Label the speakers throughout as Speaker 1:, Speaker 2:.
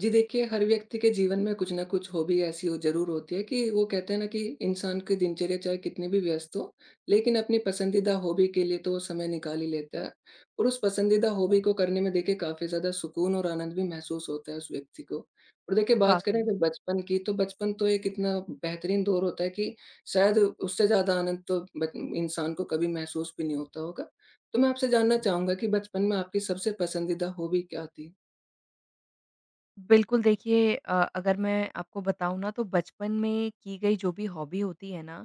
Speaker 1: जी देखिए, हर व्यक्ति के जीवन में कुछ न कुछ हॉबी ऐसी हो ज़रूर होती है कि वो कहते हैं ना कि इंसान की दिनचर्या चाहे कितनी भी व्यस्त हो, लेकिन अपनी पसंदीदा हॉबी के लिए तो वो समय निकाल ही लेता है। और उस पसंदीदा हॉबी को करने में देखिए काफ़ी ज़्यादा सुकून और आनंद भी महसूस होता है उस व्यक्ति को। और देखिए बात करें
Speaker 2: वाक़ई।
Speaker 1: अगर बचपन की, तो बचपन तो एक इतना बेहतरीन दौर होता है कि शायद उससे ज़्यादा आनंद तो बच इंसान को कभी महसूस भी नहीं होता होगा। तो मैं आपसे जानना चाहूँगा कि बचपन में आपकी सबसे पसंदीदा हॉबी क्या थी?
Speaker 2: बिल्कुल देखिए, अगर मैं आपको बताऊँ ना, तो बचपन में की गई जो भी हॉबी होती है ना,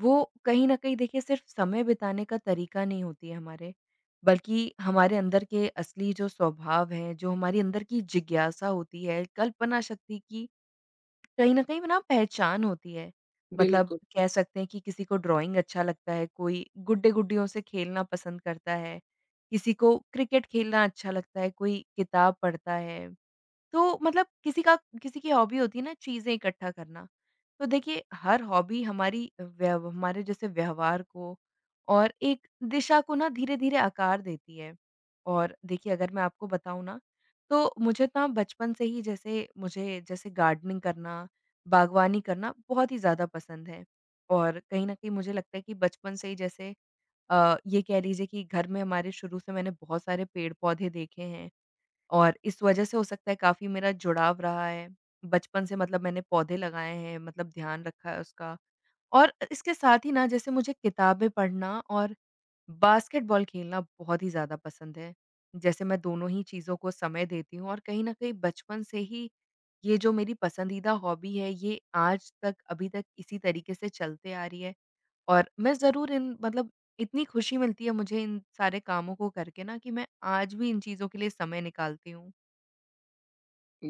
Speaker 2: वो कहीं न कहीं देखिए सिर्फ़ समय बिताने का तरीका नहीं होती है हमारे, बल्कि हमारे अंदर के असली जो स्वभाव है, जो हमारी अंदर की जिज्ञासा होती है, कल्पना शक्ति की कहीं न कहीं ना पहचान होती है। मतलब
Speaker 1: बिल्कुल।
Speaker 2: कह सकते हैं कि किसी को ड्राइंग अच्छा लगता है, कोई गुड्डे-गुड्डियों से खेलना पसंद करता है, किसी को क्रिकेट खेलना अच्छा लगता है, कोई किताब पढ़ता है। तो मतलब किसी की हॉबी होती है ना, चीज़ें इकट्ठा करना। तो देखिए हर हॉबी हमारी व्यव हमारे जैसे व्यवहार को और एक दिशा को ना धीरे-धीरे आकार देती है। और देखिए अगर मैं आपको बताऊँ ना, तो मुझे ना बचपन से ही जैसे, मुझे जैसे गार्डनिंग करना, बागवानी करना बहुत ही ज़्यादा पसंद है। और कहीं न कहीं मुझे लगता है कि बचपन से ही जैसे ये कह लीजिए कि घर में हमारे शुरू से मैंने बहुत सारे पेड़-पौधे देखे हैं। और इस वजह से हो सकता है काफ़ी मेरा जुड़ाव रहा है। बचपन से मतलब मैंने पौधे लगाए हैं, मतलब ध्यान रखा है उसका। और इसके साथ ही ना जैसे मुझे किताबें पढ़ना और बास्केटबॉल खेलना बहुत ही ज़्यादा पसंद है। जैसे मैं दोनों ही चीज़ों को समय देती हूँ, और कहीं न कहीं बचपन से ही ये जो मेरी पसंदीदा हॉबी है, ये आज तक, अभी तक इसी तरीके से चलते आ रही है। और मैं ज़रूर इन, मतलब, इतनी खुशी मिलती है मुझे इन सारे कामों को करके ना, कि मैं आज भी इन चीज़ों के लिए समय निकालती हूँ।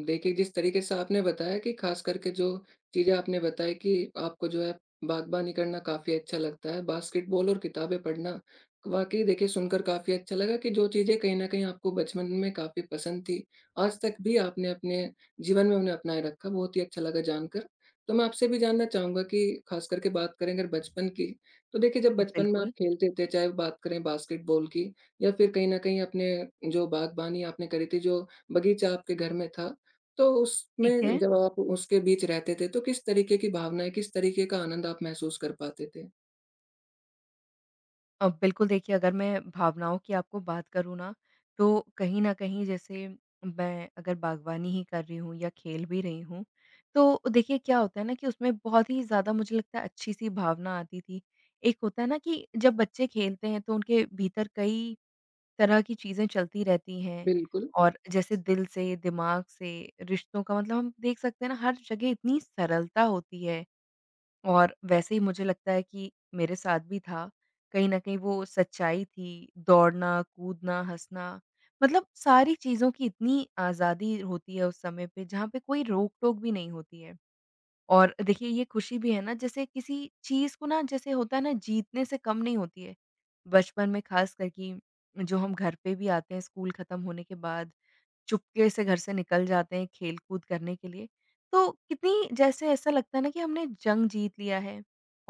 Speaker 1: देखिए, जिस तरीके से आपने बताया कि ख़ास करके जो चीज़ें आपने बताई कि आपको जो है बागबानी करना काफ़ी अच्छा लगता है, बास्केटबॉल और किताबें पढ़ना वाक़ई देखिए सुनकर काफ़ी अच्छा लगा कि जो चीज़ें कहीं न कहीं आपको बचपन में काफ़ी पसंद थी, आज तक भी आपने अपने जीवन में उन्हें अपनाए रखा, बहुत ही अच्छा लगा जानकर। तो मैं आपसे भी जानना चाहूँगा कि ख़ास करके बात करें अगर बचपन की, तो देखिए जब बचपन में आप
Speaker 2: बिल्कुल,
Speaker 1: खेलते थे, चाहे बात करें बास्केटबॉल की या फिर कहीं न कहीं अपने जो बागबानी आपने करी थी, जो बगीचा आपके घर में था, तो
Speaker 2: ठीक
Speaker 1: उसमें
Speaker 2: है।
Speaker 1: जब आप उसके बीच रहते थे, तो किस तरीके की भावनाएँ, किस तरीके का आनंद आप महसूस कर पाते थे?
Speaker 2: बिल्कुल देखिए, अगर मैं भावनाओं की आपको बात करूँ ना, तो कहीं न कहीं जैसे, मैं अगर बागवानी ही कर रही हूँ या खेल भी रही हूँ, तो देखिए क्या होता है ना कि उसमें बहुत ही ज़्यादा, मुझे लगता है, अच्छी-सी भावना आती थी। एक होता है ना कि जब बच्चे खेलते हैं तो उनके भीतर कई तरह की चीज़ें चलती रहती हैं,
Speaker 1: बिल्कुल,
Speaker 2: और जैसे दिल से, दिमाग से, रिश्तों का मतलब हम देख सकते हैं ना, हर जगह इतनी सरलता होती है। और वैसे ही मुझे लगता है कि मेरे साथ भी था। कहीं न कहीं वो सच्चाई थी, दौड़ना, कूदना, हँसना, मतलब सारी चीज़ों की इतनी आज़ादी होती है उस समय पे, जहाँ पे कोई रोक-टोक भी नहीं होती है। और देखिए ये खुशी भी है ना, जैसे किसी चीज़ को ना, जैसे होता है ना, जीतने से कम नहीं होती है। बचपन में ख़ास कर कि जो हम घर पे भी आते हैं स्कूल ख़त्म होने के बाद, चुपके से घर से निकल जाते हैं खेल-कूद करने के लिए। तो कितनी, जैसे ऐसा लगता है ना कि हमने जंग जीत लिया है,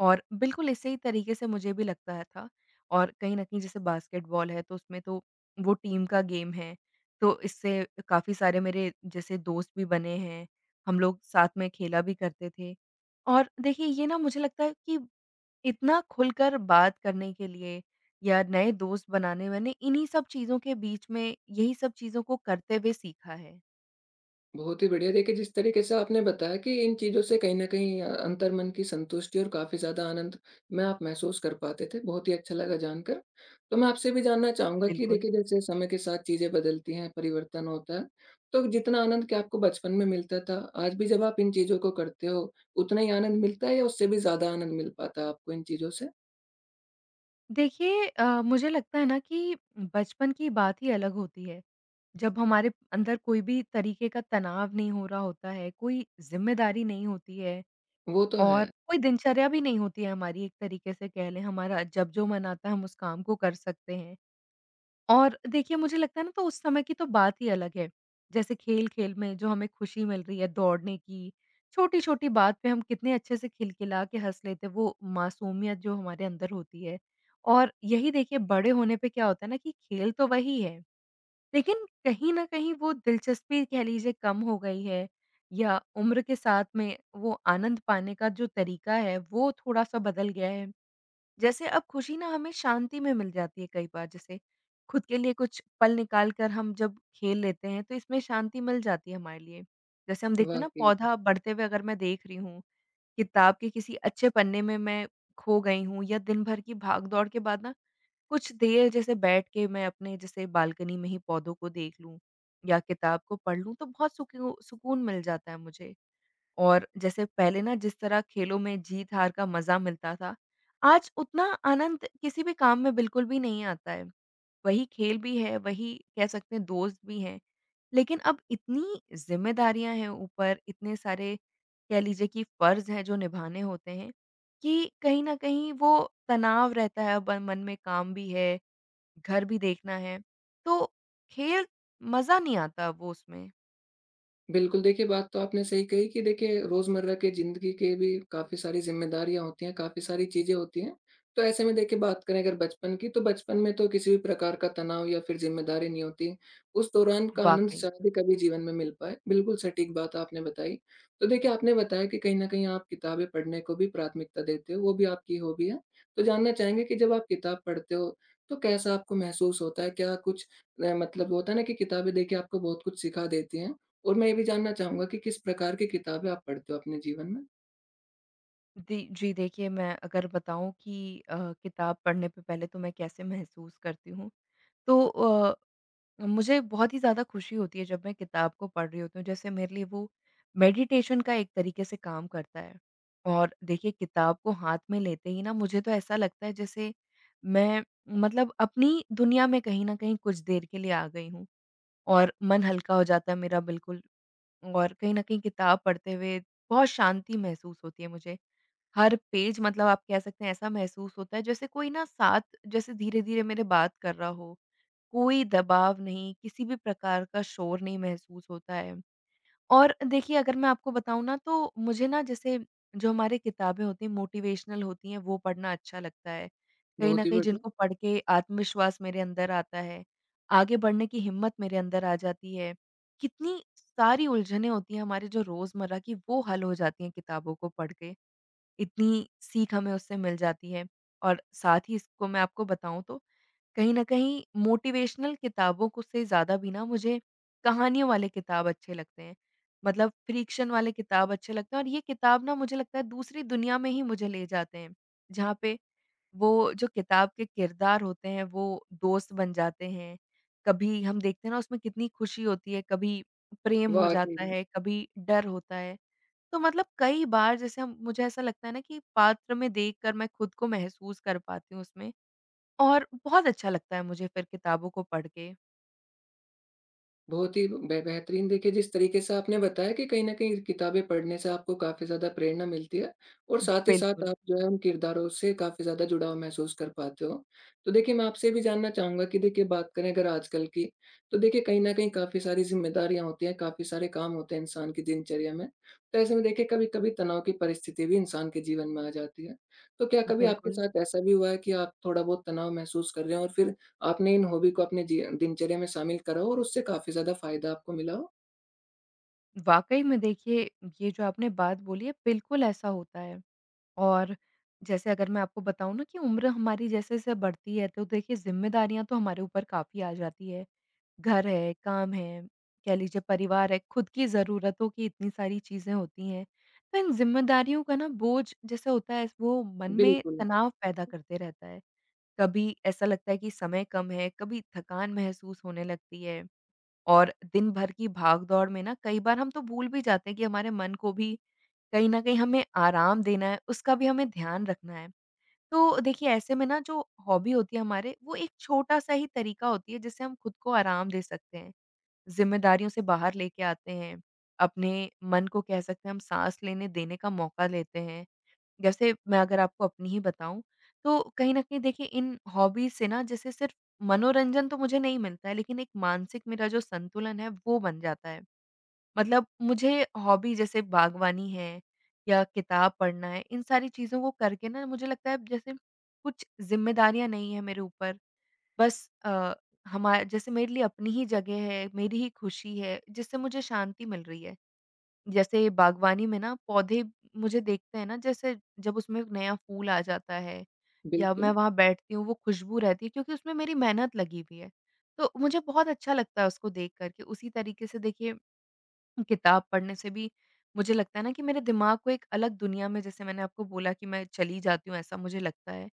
Speaker 2: और बिल्कुल इसी ही तरीके से मुझे भी लगता था। और कहीं न कहीं जैसे बास्केटबॉल है, तो उसमें तो वो टीम का गेम है। तो इससे काफ़ी सारे मेरे जैसे दोस्त भी बने हैं, हम लोग साथ में खेला भी करते थे। और देखिए ये ना, मुझे लगता है कि इतना खुलकर बात करने के लिए या नए दोस्त बनाने, मैंने इन्हीं सब चीज़ों के बीच में, यही सब चीज़ों को करते हुए सीखा है।
Speaker 1: बहुत ही बढ़िया। देखिए, जिस तरीके से आपने बताया कि इन चीज़ों से कहीं न कहीं अंतर्मन की संतुष्टि और काफ़ी ज़्यादा आनंद में आप महसूस कर पाते थे, बहुत ही अच्छा लगा जानकर। तो मैं आपसे भी जानना चाहूँगा कि
Speaker 2: बिल्कुल।
Speaker 1: देखिए, जैसे समय के साथ चीज़ें बदलती हैं, परिवर्तन होता है, तो जितना आनंद क्या आपको बचपन में मिलता था, आज भी जब आप इन चीज़ों को करते हो, उतना ही आनंद मिलता है या उससे भी ज़्यादा आनंद मिल पाता है आपको इन चीज़ों से?
Speaker 2: देखिए मुझे लगता है ना कि बचपन की बात ही अलग होती है। जब हमारे अंदर कोई भी तरीके का तनाव नहीं हो रहा होता है, कोई ज़िम्मेदारी नहीं होती है
Speaker 1: वो तो है।
Speaker 2: और कोई दिनचर्या भी नहीं होती है हमारी, एक तरीके से कह लें हमारा जब जो मन आता है हम उस काम को कर सकते हैं। और देखिए मुझे लगता है ना, तो उस समय की तो बात ही अलग है। जैसे खेल-खेल में जो हमें खुशी मिल रही है दौड़ने की, छोटी-छोटी बात पे हम कितने अच्छे से खिलखिला के हँस लेते हैं, वो मासूमियत जो हमारे अंदर होती है। और यही देखिए बड़े होने पे क्या होता है ना, कि खेल तो वही है, लेकिन कहीं न कहीं वो दिलचस्पी कह लीजिए कम हो गई है, या उम्र के साथ में वो आनंद पाने का जो तरीका है, वो थोड़ा-सा बदल गया है। जैसे अब खुशी ना हमें शांति में मिल जाती है कई बार, जैसे खुद के लिए कुछ पल निकाल कर हम जब खेल लेते हैं तो इसमें शांति मिल जाती है हमारे लिए। जैसे हम देखते हैं ना,
Speaker 1: वाक़ई।
Speaker 2: पौधा बढ़ते हुए अगर मैं देख रही हूँ, किताब के किसी अच्छे पन्ने में मैं खो गई हूँ, या दिन भर की भाग-दौड़ के बाद ना कुछ देर जैसे बैठ के मैं अपने जैसे बालकनी में ही पौधों को देख लूँ या किताब को पढ़ लूँ, तो बहुत सुकून मिल जाता है मुझे। और जैसे पहले ना जिस तरह खेलों में जीत-हार का मज़ा मिलता था, आज उतना आनंद किसी भी काम में बिल्कुल भी नहीं आता है। वही खेल भी है, वही कह सकते हैं दोस्त भी हैं, लेकिन अब इतनी ज़िम्मेदारियाँ हैं ऊपर, इतने सारे कह लीजिए कि फ़र्ज़ हैं जो निभाने होते हैं, कि कहीं न कहीं वो तनाव रहता है ब मन में, काम भी है, घर भी देखना है, तो खेल, मज़ा नहीं आता वो उसमें,
Speaker 1: बिल्कुल, देखिए बात तो आपने सही कही कि देखिए रोज़मर्रा के ज़िंदगी के भी काफ़ी सारी ज़िम्मेदारियाँ होती हैं, काफ़ी सारी चीज़ें होती हैं। तो ऐसे में देखिए बात करें अगर बचपन की, तो बचपन में तो किसी भी प्रकार का तनाव या फिर ज़िम्मेदारी नहीं होती। उस दौरान का आनंद
Speaker 2: वाक़ई।
Speaker 1: शायद ही कभी जीवन में मिल पाए। बिल्कुल सटीक बात आपने बताई। तो देखिए आपने बताया कि कहीं न कहीं आप किताबें पढ़ने को भी प्राथमिकता देते हो, वो भी आपकी हॉबी है। तो जानना चाहेंगे कि जब आप किताब पढ़ते हो तो कैसा आपको महसूस होता है? क्या कुछ मतलब होता है ना कि किताबें देखिए आपको बहुत कुछ सिखा देती हैं। और मैं ये भी जानना चाहूँगा कि किस प्रकार की किताबें आप पढ़ते हो अपने जीवन में?
Speaker 2: दी जी देखिए, मैं अगर बताऊँ कि किताब पढ़ने पे पहले तो मैं कैसे महसूस करती हूँ, तो मुझे बहुत ही ज़्यादा खुशी होती है जब मैं किताब को पढ़ रही होती हूँ। जैसे मेरे लिए वो मेडिटेशन का एक तरीके से काम करता है। और देखिए किताब को हाथ में लेते ही ना, मुझे तो ऐसा लगता है जैसे मैं, मतलब, अपनी दुनिया में कहीं न कहीं कुछ देर के लिए आ गई हूँ, और मन हल्का हो जाता है मेरा बिल्कुल। और कहीं न कहीं किताब पढ़ते हुए बहुत शांति महसूस होती है मुझे। हर पेज मतलब, आप कह सकते हैं, ऐसा महसूस होता है जैसे कोई ना साथ, जैसे धीरे-धीरे मेरे बात कर रहा हो। कोई दबाव नहीं, किसी भी प्रकार का शोर नहीं महसूस होता है। और देखिए अगर मैं आपको बताऊँ ना, तो मुझे ना जैसे, जो हमारी किताबें होती हैं मोटिवेशनल, होती हैं वो पढ़ना अच्छा लगता है। कहीं
Speaker 1: बहुत
Speaker 2: न
Speaker 1: ही
Speaker 2: कहीं
Speaker 1: बढ़िया।
Speaker 2: जिनको पढ़ के आत्मविश्वास मेरे अंदर आता है, आगे बढ़ने की हिम्मत मेरे अंदर आ जाती है। कितनी सारी उलझनें होती हैं हमारे जो रोज़मर्रा की, वो हल हो जाती हैं किताबों को पढ़ के। इतनी सीख हमें उससे मिल जाती है। और साथ ही इसको मैं आपको बताऊँ, तो कहीं न कहीं मोटिवेशनल किताबों को से ज़्यादा भी ना, मुझे कहानियों वाले किताब अच्छे लगते हैं। मतलब फ्रिक्शन वाले किताब अच्छे लगते हैं, और ये किताब ना मुझे लगता है दूसरी दुनिया में ही मुझे ले जाते हैं। जहाँ पे वो जो किताब के किरदार होते हैं वो दोस्त बन जाते हैं। कभी हम देखते हैं ना उसमें कितनी खुशी होती है, कभी प्रेम हो
Speaker 1: वाक़ई।
Speaker 2: जाता है, कभी डर होता है। तो मतलब कई बार जैसे हम, मुझे ऐसा लगता है ना कि पात्र में देखकर मैं खुद को महसूस कर पाती हूँ उसमें, और बहुत अच्छा लगता है मुझे फिर किताबों को पढ़ के।
Speaker 1: बहुत ही बे बेहतरीन। देखिए, जिस तरीके से आपने बताया कि कहीं न कहीं किताबें पढ़ने से आपको काफ़ी ज़्यादा प्रेरणा मिलती है, और साथ ही साथ
Speaker 2: बिल्कुल,
Speaker 1: आप जो है उन किरदारों से काफ़ी ज़्यादा जुड़ाव महसूस कर पाते हो। तो देखिए, मैं आपसे ये भी जानना चाहूँगा कि देखिए बात करें अगर आजकल की, तो देखिए कहीं न कहीं काफ़ी सारी ज़िम्मेदारियाँ होती हैं, काफ़ी सारे काम होते हैं इंसान की दिनचर्या में। तो ऐसे में देखिए कभी-कभी तनाव की परिस्थिति भी इंसान के जीवन में आ जाती है। तो क्या कभी आपके
Speaker 2: बिल्कुल।
Speaker 1: साथ ऐसा भी हुआ है कि आप थोड़ा बहुत तनाव महसूस कर रहे हो, और फिर आपने इन हॉबी को अपने दिनचर्या में शामिल करा हो और उससे काफ़ी ज़्यादा फ़ायदा आपको मिला हो?
Speaker 2: वाक़ई में देखिए, ये जो आपने बात बोली है, बिल्कुल ऐसा होता है। और जैसे अगर मैं आपको बताऊँ ना, कि उम्र हमारी जैसे-जैसे बढ़ती है, तो देखिए ज़िम्मेदारियाँ तो हमारे ऊपर काफ़ी आ जाती है। घर है, काम है, कह लीजिए परिवार है, खुद की ज़रूरतों की इतनी सारी चीज़ें होती हैं। तो इन ज़िम्मेदारियों का ना बोझ जैसे होता है, वो मन में
Speaker 1: बिल्कुल।
Speaker 2: तनाव पैदा करते रहता है। कभी ऐसा लगता है कि समय कम है, कभी थकान महसूस होने लगती है, और दिन भर की भाग-दौड़ में ना कई बार हम तो भूल भी जाते हैं कि हमारे मन को भी कहीं न कहीं हमें आराम देना है, उसका भी हमें ध्यान रखना है। तो देखिए ऐसे में ना, जो हॉबी होती है हमारे, वो एक छोटा-सा ही तरीका होती है जिससे हम खुद को आराम दे सकते हैं। ज़िम्मेदारियों से बाहर लेके आते हैं, अपने मन को कह सकते हैं, हम साँस लेने देने का मौका लेते हैं। जैसे मैं अगर आपको अपनी ही बताऊँ, तो कहीं न कहीं देखिए इन हॉबीज़ से ना, जैसे सिर्फ़ मनोरंजन तो मुझे नहीं मिलता है, लेकिन एक मानसिक मेरा जो संतुलन है वो बन जाता है। मतलब मुझे हॉबी जैसे बागवानी है या किताब पढ़ना है, इन सारी चीज़ों को करके ना मुझे लगता है जैसे कुछ ज़िम्मेदारियाँ नहीं है मेरे ऊपर। बस अ, हमा जैसे मेरे लिए अपनी ही जगह है, मेरी ही खुशी है, जिससे मुझे शांति मिल रही है। जैसे बागवानी में ना पौधे मुझे देखते हैं ना, जैसे जब उसमें नया फूल आ जाता है, या मैं
Speaker 1: बिल्कुल।
Speaker 2: वहाँ बैठती हूँ, वो खुशबू रहती है क्योंकि उसमें मेरी मेहनत लगी हुई है। तो मुझे बहुत अच्छा लगता है उसको देख कर के। उसी तरीके से देखिए, किताब पढ़ने से भी मुझे लगता है ना कि मेरे दिमाग को एक अलग दुनिया में, जैसे मैंने आपको बोला, कि मैं चली जाती हूँ, ऐसा मुझे लगता है।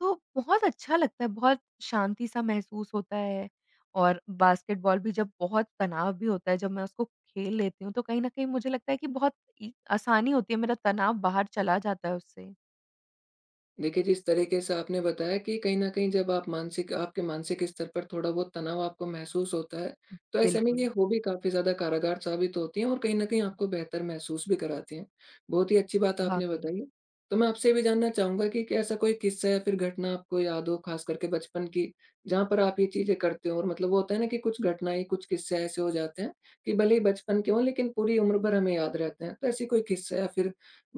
Speaker 2: तो बहुत अच्छा लगता है, बहुत शांति-सा महसूस होता है। और बास्केटबॉल भी, जब बहुत तनाव भी होता है, जब मैं उसको खेल लेती हूँ, तो कहीं न कहीं मुझे लगता है कि बहुत इ आसानी होती है, मेरा तनाव बाहर चला जाता है उससे।
Speaker 1: देखिए, जिस तरीके से आपने बताया कि कहीं न कहीं जब आप मानसिक आपके मानसिक स्तर पर थोड़ा बहुत तनाव आपको महसूस होता है, तो ऐसे में ये
Speaker 2: बिल्कुल,
Speaker 1: हॉबी काफ़ी ज़्यादा कारागार साबित होती हैं और कहीं न कहीं आपको बेहतर महसूस भी कराती हैं। बहुत ही अच्छी बात आपने
Speaker 2: वाक़ई।
Speaker 1: बताई है। तो मैं आपसे ये भी जानना चाहूँगा कि क्या ऐसा कोई किस्सा या फिर घटना आपको याद हो, ख़ास करके बचपन की, जहाँ पर आप ये चीज़ें करते हो और मतलब वो होता है ना कि कुछ घटनाएँ, कुछ किस्से ऐसे हो जाते हैं कि भले ही बचपन के हों, लेकिन पूरी उम्र भर हमें याद रहते हैं। तो ऐसी कोई किस्सा या फिर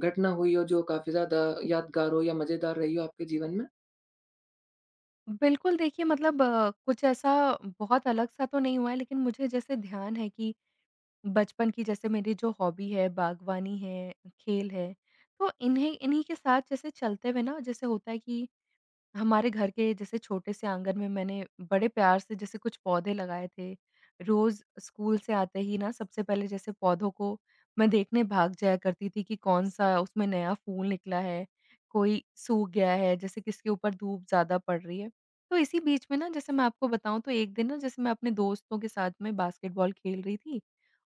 Speaker 1: घटना हुई हो जो काफ़ी ज़्यादा यादगार हो या मज़ेदार रही हो आपके जीवन में?
Speaker 2: बिल्कुल, देखिए मतलब कुछ ऐसा बहुत अलग-सा तो नहीं हुआ है, लेकिन मुझे जैसे ध्यान है कि बचपन की जैसे मेरी जो हॉबी है, बागवानी है, खेल है, तो इन्हें इन्हीं के साथ जैसे चलते हुए ना जैसे होता है कि हमारे घर के जैसे छोटे से आँगन में मैंने बड़े प्यार से जैसे कुछ पौधे लगाए थे। रोज़ स्कूल से आते ही ना सबसे पहले जैसे पौधों को मैं देखने भाग जाया करती थी कि कौन-सा उसमें नया फूल निकला है, कोई सूख गया है, जैसे किसके ऊपर धूप ज़्यादा पड़ रही है। तो इसी बीच में ना, जैसे मैं आपको बताऊँ, तो एक दिन ना जैसे मैं अपने दोस्तों के साथ में बास्केटबॉल खेल रही थी,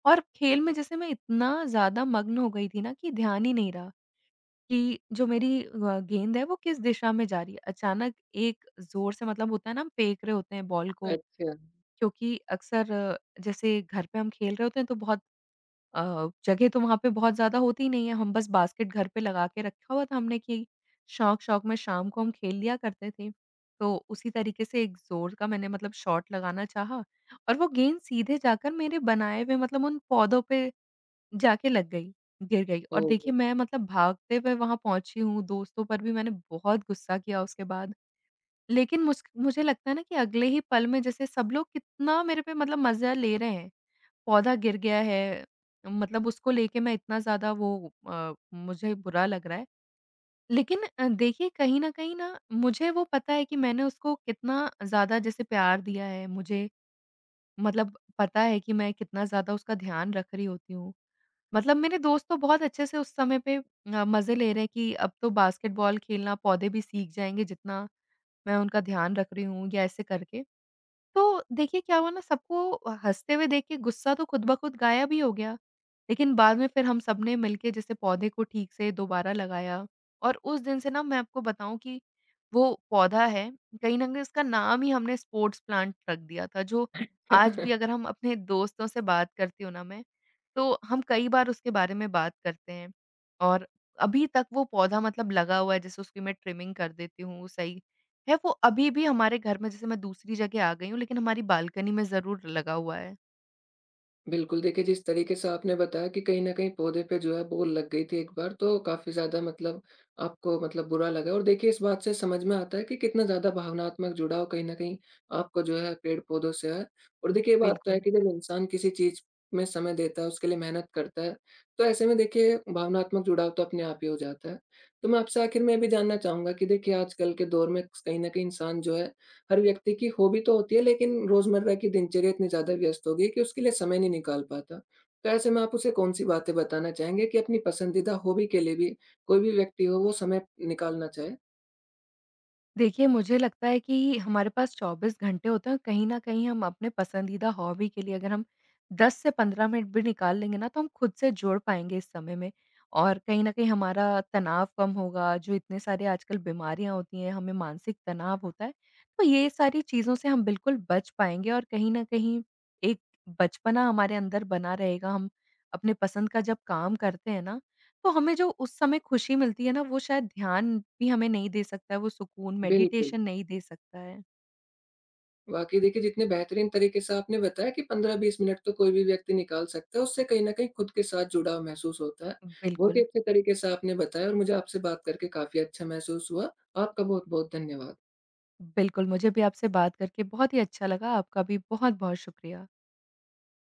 Speaker 2: और खेल में जैसे मैं इतना ज़्यादा मग्न हो गई थी ना कि ध्यान ही नहीं रहा कि जो मेरी गेंद है वो किस दिशा में जा रही है। अचानक एक ज़ोर से, मतलब होता है ना हम फेंक रहे होते हैं बॉल को,
Speaker 1: अच्छा।
Speaker 2: क्योंकि अक्सर जैसे घर पे हम खेल रहे होते हैं तो बहुत जगह तो वहाँ पे बहुत ज़्यादा होती ही नहीं है। हम बस बास्केट घर पे लगा के रखा हुआ था हमने कि शौक-शौक में शाम को हम खेल लिया करते थे। तो उसी तरीके से एक ज़ोर का मैंने मतलब शॉट लगाना चाहा, और वो गेंद सीधे जाकर मेरे बनाए हुए मतलब उन पौधों पे जाके लग गई, गिर गई। और
Speaker 1: ओह!
Speaker 2: देखिए, मैं मतलब भागते हुए वहाँ पहुँची हूँ, दोस्तों पर भी मैंने बहुत गुस्सा किया उसके बाद। लेकिन मुझे लगता है ना कि अगले ही पल में जैसे सब लोग कितना मेरे पे मतलब मज़ा ले रहे हैं। पौधा गिर गया है, मतलब उसको लेके मैं इतना ज़्यादा वो, मुझे बुरा लग रहा है। लेकिन देखिए, कहीं न कहीं ना मुझे वो पता है कि मैंने उसको कितना ज़्यादा जैसे प्यार दिया है, मुझे मतलब पता है कि मैं कितना ज़्यादा उसका ध्यान रख रही होती हूँ। मतलब मेरे दोस्त तो बहुत अच्छे से उस समय पे मज़े ले रहे हैं कि अब तो बास्केटबॉल खेलना पौधे भी सीख जाएँगे जितना मैं उनका ध्यान रख रही हूँ, या ऐसे करके। तो देखिए क्या हुआ ना, सबको हँसते हुए देख के गुस्सा तो खुद ब खुद गायब ही हो गया। लेकिन बाद में फिर हम सबने मिलके जैसे पौधे को ठीक से दोबारा लगाया, और उस दिन से ना मैं आपको बताऊँ कि वो पौधा है, कहीं न कहीं उसका नाम ही हमने स्पोर्ट्स प्लांट रख दिया था, जो आज भी अगर हम अपने दोस्तों से बात करती हूँ ना मैं, तो हम कई बार उसके बारे में बात करते हैं। और अभी तक वो पौधा मतलब लगा हुआ है, जैसे उसकी मैं ट्रिमिंग कर देती हूँ, सही है। वो अभी भी हमारे घर में, जैसे मैं दूसरी जगह आ गई हूँ, लेकिन हमारी बालकनी में ज़रूर लगा हुआ है।
Speaker 1: बिल्कुल, देखिए जिस तरीके से आपने बताया कि कहीं न कहीं पौधे पे जो है बोल लग गई थी एक बार, तो काफ़ी ज़्यादा मतलब आपको मतलब बुरा लगा, और देखिए इस बात से समझ में आता है कि कितना ज़्यादा भावनात्मक जुड़ाव कहीं न कहीं आपको जो है पेड़-पौधों से है। और देखिए ये बात तो है
Speaker 2: बिल्कुल।
Speaker 1: कि जब इंसान किसी चीज़ में समय देता है, उसके लिए मेहनत करता है, तो ऐसे में देखिए भावनात्मक जुड़ाव तो अपने आप ही हो जाता है। तो मैं आपसे आखिर में ये भी जानना चाहूँगा कि देखिए आजकल के दौर में कहीं न कहीं इंसान जो है, हर व्यक्ति की हॉबी तो होती है, लेकिन रोज़मर्रा की दिनचर्या इतनी ज़्यादा व्यस्त हो गई है कि उसके लिए समय नहीं निकाल पाता। तो ऐसे में आप उसे कौन-सी बातें बताना चाहेंगे कि अपनी पसंदीदा हॉबी के लिए भी कोई भी व्यक्ति हो वो समय निकालना चाहे?
Speaker 2: देखिए, मुझे लगता है कि हमारे पास 24 घंटे होते हैं, और कहीं न कहीं हम अपने पसंदीदा हॉबी के लिए अगर हम 10 से 15 मिनट भी निकाल लेंगे ना, तो हम खुद से जोड़ पाएँगे इस समय में। और कहीं न कहीं हमारा तनाव कम होगा, जो इतने सारे आजकल बीमारियाँ होती हैं, हमें मानसिक तनाव होता है, तो ये सारी चीज़ों से हम बिल्कुल बच पाएँगे, और कहीं न कहीं एक बचपना हमारे अंदर बना रहेगा। हम अपने पसंद का जब काम करते हैं ना, तो हमें जो उस समय खुशी मिलती है ना, वो शायद ध्यान भी हमें नहीं दे सकता है, वो सुकून
Speaker 1: बिल्कुल।
Speaker 2: मेडिटेशन नहीं दे सकता है।
Speaker 1: वाक़ई देखिए, जितने बेहतरीन तरीके से आपने बताया कि 15-20 मिनट तो कोई भी व्यक्ति निकाल सकता है, उससे कहीं न कहीं खुद के साथ जुड़ाव महसूस होता है। बहुत ही
Speaker 2: बिल्कुल,
Speaker 1: अच्छे तरीके से आपने बताया और मुझे आपसे बात करके काफ़ी अच्छा महसूस हुआ। आपका बहुत-बहुत धन्यवाद।
Speaker 2: बिल्कुल मुझे भी आपसे बात करके बहुत ही अच्छा लगा। आपका भी बहुत-बहुत शुक्रिया।